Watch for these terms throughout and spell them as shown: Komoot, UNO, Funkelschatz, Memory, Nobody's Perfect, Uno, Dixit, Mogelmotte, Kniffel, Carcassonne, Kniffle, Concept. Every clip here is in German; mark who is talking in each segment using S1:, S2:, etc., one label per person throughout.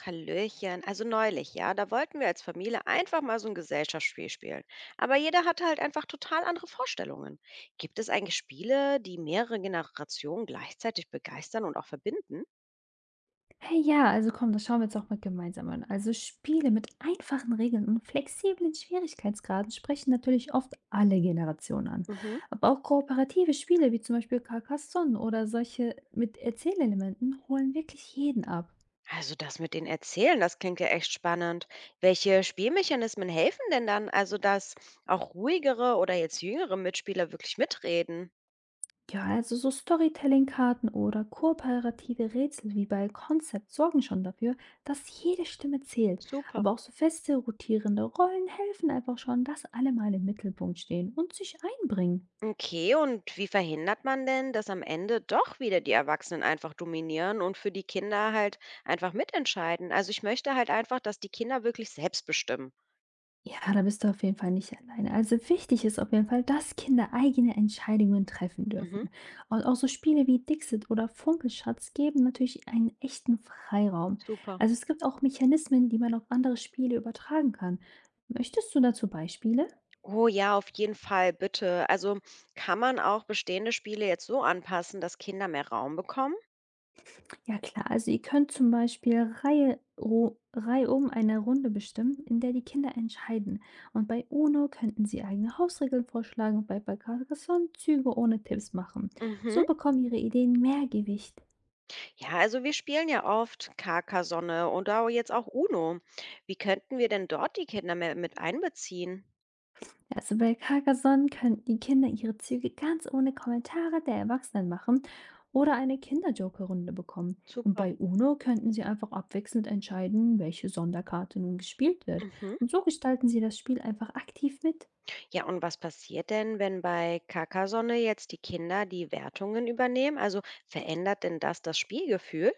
S1: Hallöchen, also neulich, ja, da wollten wir als Familie einfach mal so ein Gesellschaftsspiel spielen. Aber jeder hatte halt einfach total andere Vorstellungen. Gibt es eigentlich Spiele, die mehrere Generationen gleichzeitig begeistern und auch verbinden?
S2: Hey, ja, also komm, das schauen wir jetzt auch mal gemeinsam an. Also Spiele mit einfachen Regeln und flexiblen Schwierigkeitsgraden sprechen natürlich oft alle Generationen an.
S1: Mhm.
S2: Aber auch kooperative Spiele wie zum Beispiel Carcassonne oder solche mit Erzählelementen holen wirklich jeden ab.
S1: Also das mit den Erzählen, das klingt ja echt spannend. Welche Spielmechanismen helfen denn dann, also dass auch ruhigere oder jetzt jüngere Mitspieler wirklich mitreden?
S2: Ja, also so Storytelling-Karten oder kooperative Rätsel wie bei Concept sorgen schon dafür, dass jede Stimme zählt.
S1: Super.
S2: Aber auch so feste, rotierende Rollen helfen einfach schon, dass alle mal im Mittelpunkt stehen und sich einbringen.
S1: Okay, und wie verhindert man denn, dass am Ende doch wieder die Erwachsenen einfach dominieren und für die Kinder halt einfach mitentscheiden? Also ich möchte halt einfach, dass die Kinder wirklich selbst bestimmen.
S2: Ja, da bist du auf jeden Fall nicht alleine. Also wichtig ist auf jeden Fall, dass Kinder eigene Entscheidungen treffen
S1: Mhm.
S2: dürfen. Und auch so Spiele wie Dixit oder Funkelschatz geben natürlich einen echten Freiraum.
S1: Super.
S2: Also es gibt auch Mechanismen, die man auf andere Spiele übertragen kann. Möchtest du dazu Beispiele?
S1: Oh ja, auf jeden Fall, bitte. Also kann man auch bestehende Spiele jetzt so anpassen, dass Kinder mehr Raum bekommen?
S2: Ja klar, also ihr könnt zum Beispiel reihum eine Runde bestimmen, in der die Kinder entscheiden. Und bei UNO könnten sie eigene Hausregeln vorschlagen und bei Carcassonne Züge ohne Tipps machen.
S1: Mhm.
S2: So bekommen ihre Ideen mehr Gewicht.
S1: Ja, also wir spielen ja oft Carcassonne und auch jetzt auch Uno. Wie könnten wir denn dort die Kinder mehr mit einbeziehen?
S2: Also bei Carcassonne könnten die Kinder ihre Züge ganz ohne Kommentare der Erwachsenen machen oder eine Kinderjoker-Runde bekommen. Und
S1: Super.
S2: bei UNO könnten sie einfach abwechselnd entscheiden, welche Sonderkarte nun gespielt wird.
S1: Mhm.
S2: Und so gestalten sie das Spiel einfach aktiv mit.
S1: Ja, und was passiert denn, wenn bei Carcassonne jetzt die Kinder die Wertungen übernehmen? Also verändert denn das Spielgefühl?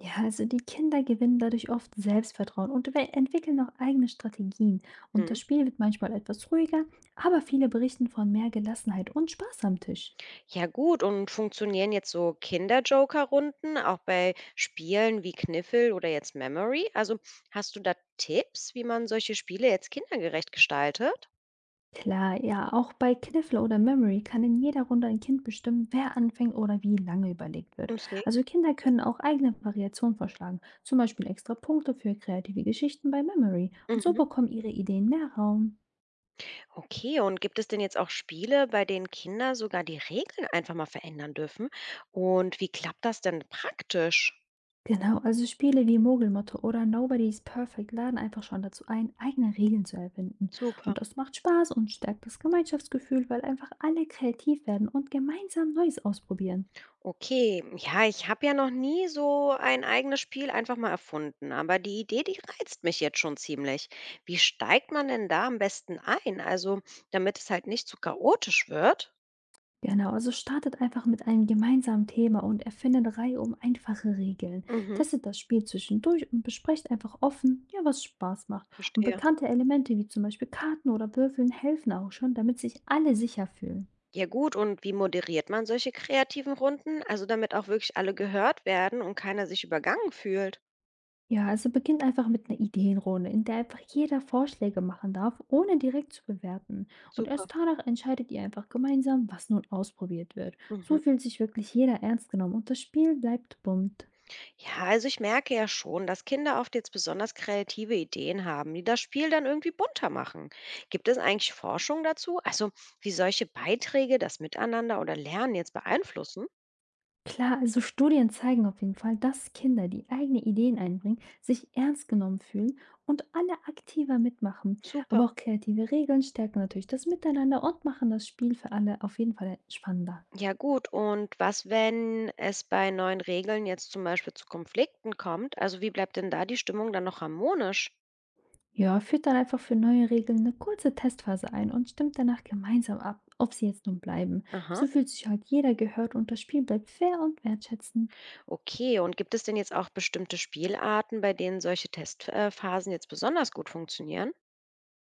S2: Ja, also die Kinder gewinnen dadurch oft Selbstvertrauen und entwickeln auch eigene Strategien. Und
S1: Mhm.
S2: das Spiel wird manchmal etwas ruhiger, aber viele berichten von mehr Gelassenheit und Spaß am Tisch.
S1: Ja gut, und funktionieren jetzt so Kinder-Joker-Runden auch bei Spielen wie Kniffel oder jetzt Memory? Also hast du da Tipps, wie man solche Spiele jetzt kindergerecht gestaltet?
S2: Klar, ja, auch bei Kniffle oder Memory kann in jeder Runde ein Kind bestimmen, wer anfängt oder wie lange überlegt wird.
S1: Okay.
S2: Also Kinder können auch eigene Variationen vorschlagen, zum Beispiel extra Punkte für kreative Geschichten bei Memory. Und so
S1: Mhm.
S2: bekommen ihre Ideen mehr Raum.
S1: Okay, und gibt es denn jetzt auch Spiele, bei denen Kinder sogar die Regeln einfach mal verändern dürfen? Und wie klappt das denn praktisch?
S2: Genau, also Spiele wie Mogelmotte oder Nobody's Perfect laden einfach schon dazu ein, eigene Regeln zu erfinden.
S1: Super.
S2: Und das macht Spaß und stärkt das Gemeinschaftsgefühl, weil einfach alle kreativ werden und gemeinsam Neues ausprobieren.
S1: Okay, ja, ich habe ja noch nie so ein eigenes Spiel einfach mal erfunden, aber die Idee, die reizt mich jetzt schon ziemlich. Wie steigt man denn da am besten ein? Also, damit es halt nicht zu chaotisch wird?
S2: Genau, also startet einfach mit einem gemeinsamen Thema und erfindet Reihe um einfache Regeln.
S1: Mhm,
S2: Testet das Spiel zwischendurch und besprecht einfach offen, ja, was Spaß macht. Und
S1: verstehe.
S2: bekannte Elemente wie zum Beispiel Karten oder Würfeln helfen auch schon, damit sich alle sicher fühlen.
S1: Ja gut, und wie moderiert man solche kreativen Runden? Also, damit auch wirklich alle gehört werden und keiner sich übergangen fühlt.
S2: Ja, also beginnt einfach mit einer Ideenrunde, in der einfach jeder Vorschläge machen darf, ohne direkt zu bewerten. Und
S1: Super.
S2: erst danach entscheidet ihr einfach gemeinsam, was nun ausprobiert wird.
S1: Mhm.
S2: So fühlt sich wirklich jeder ernst genommen und das Spiel bleibt bunt.
S1: Ja, also ich merke ja schon, dass Kinder oft jetzt besonders kreative Ideen haben, die das Spiel dann irgendwie bunter machen. Gibt es eigentlich Forschung dazu? Also wie solche Beiträge das Miteinander oder Lernen jetzt beeinflussen?
S2: Klar, also Studien zeigen auf jeden Fall, dass Kinder, die eigene Ideen einbringen, sich ernst genommen fühlen und alle aktiver mitmachen.
S1: Super.
S2: Aber auch kreative Regeln stärken natürlich das Miteinander und machen das Spiel für alle auf jeden Fall spannender.
S1: Ja gut, und was, wenn es bei neuen Regeln jetzt zum Beispiel zu Konflikten kommt? Also wie bleibt denn da die Stimmung dann noch harmonisch?
S2: Ja, führt dann einfach für neue Regeln eine kurze Testphase ein und stimmt danach gemeinsam ab, ob sie jetzt nun bleiben.
S1: Aha,
S2: So fühlt sich halt jeder gehört und das Spiel bleibt fair und wertschätzend.
S1: okay. Und gibt es denn jetzt auch bestimmte Spielarten, bei denen solche Testphasen jetzt besonders gut funktionieren?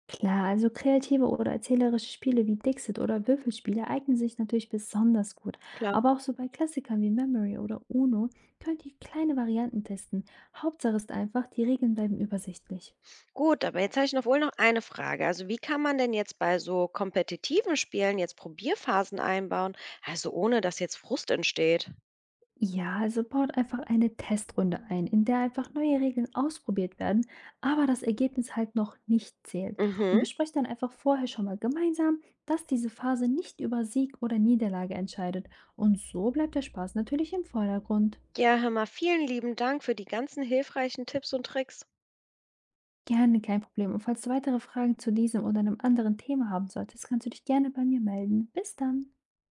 S2: Klar, also kreative oder erzählerische Spiele wie Dixit oder Würfelspiele eignen sich natürlich besonders gut.
S1: Klar.
S2: Aber auch so bei Klassikern wie Memory oder Uno könnt ihr kleine Varianten testen. Hauptsache ist einfach, die Regeln bleiben übersichtlich.
S1: Gut, aber jetzt habe ich noch wohl noch eine Frage. Also wie kann man denn jetzt bei so kompetitiven Spielen jetzt Probierphasen einbauen, also ohne dass jetzt Frust entsteht?
S2: Ja, also baut einfach eine Testrunde ein, in der einfach neue Regeln ausprobiert werden, aber das Ergebnis halt noch nicht zählt. Und
S1: Mhm.
S2: besprecht dann einfach vorher schon mal gemeinsam, dass diese Phase nicht über Sieg oder Niederlage entscheidet. Und so bleibt der Spaß natürlich im Vordergrund.
S1: Ja, hör mal, vielen lieben Dank für die ganzen hilfreichen Tipps und Tricks.
S2: Gerne, kein Problem. Und falls du weitere Fragen zu diesem oder einem anderen Thema haben solltest, kannst du dich gerne bei mir melden. Bis dann.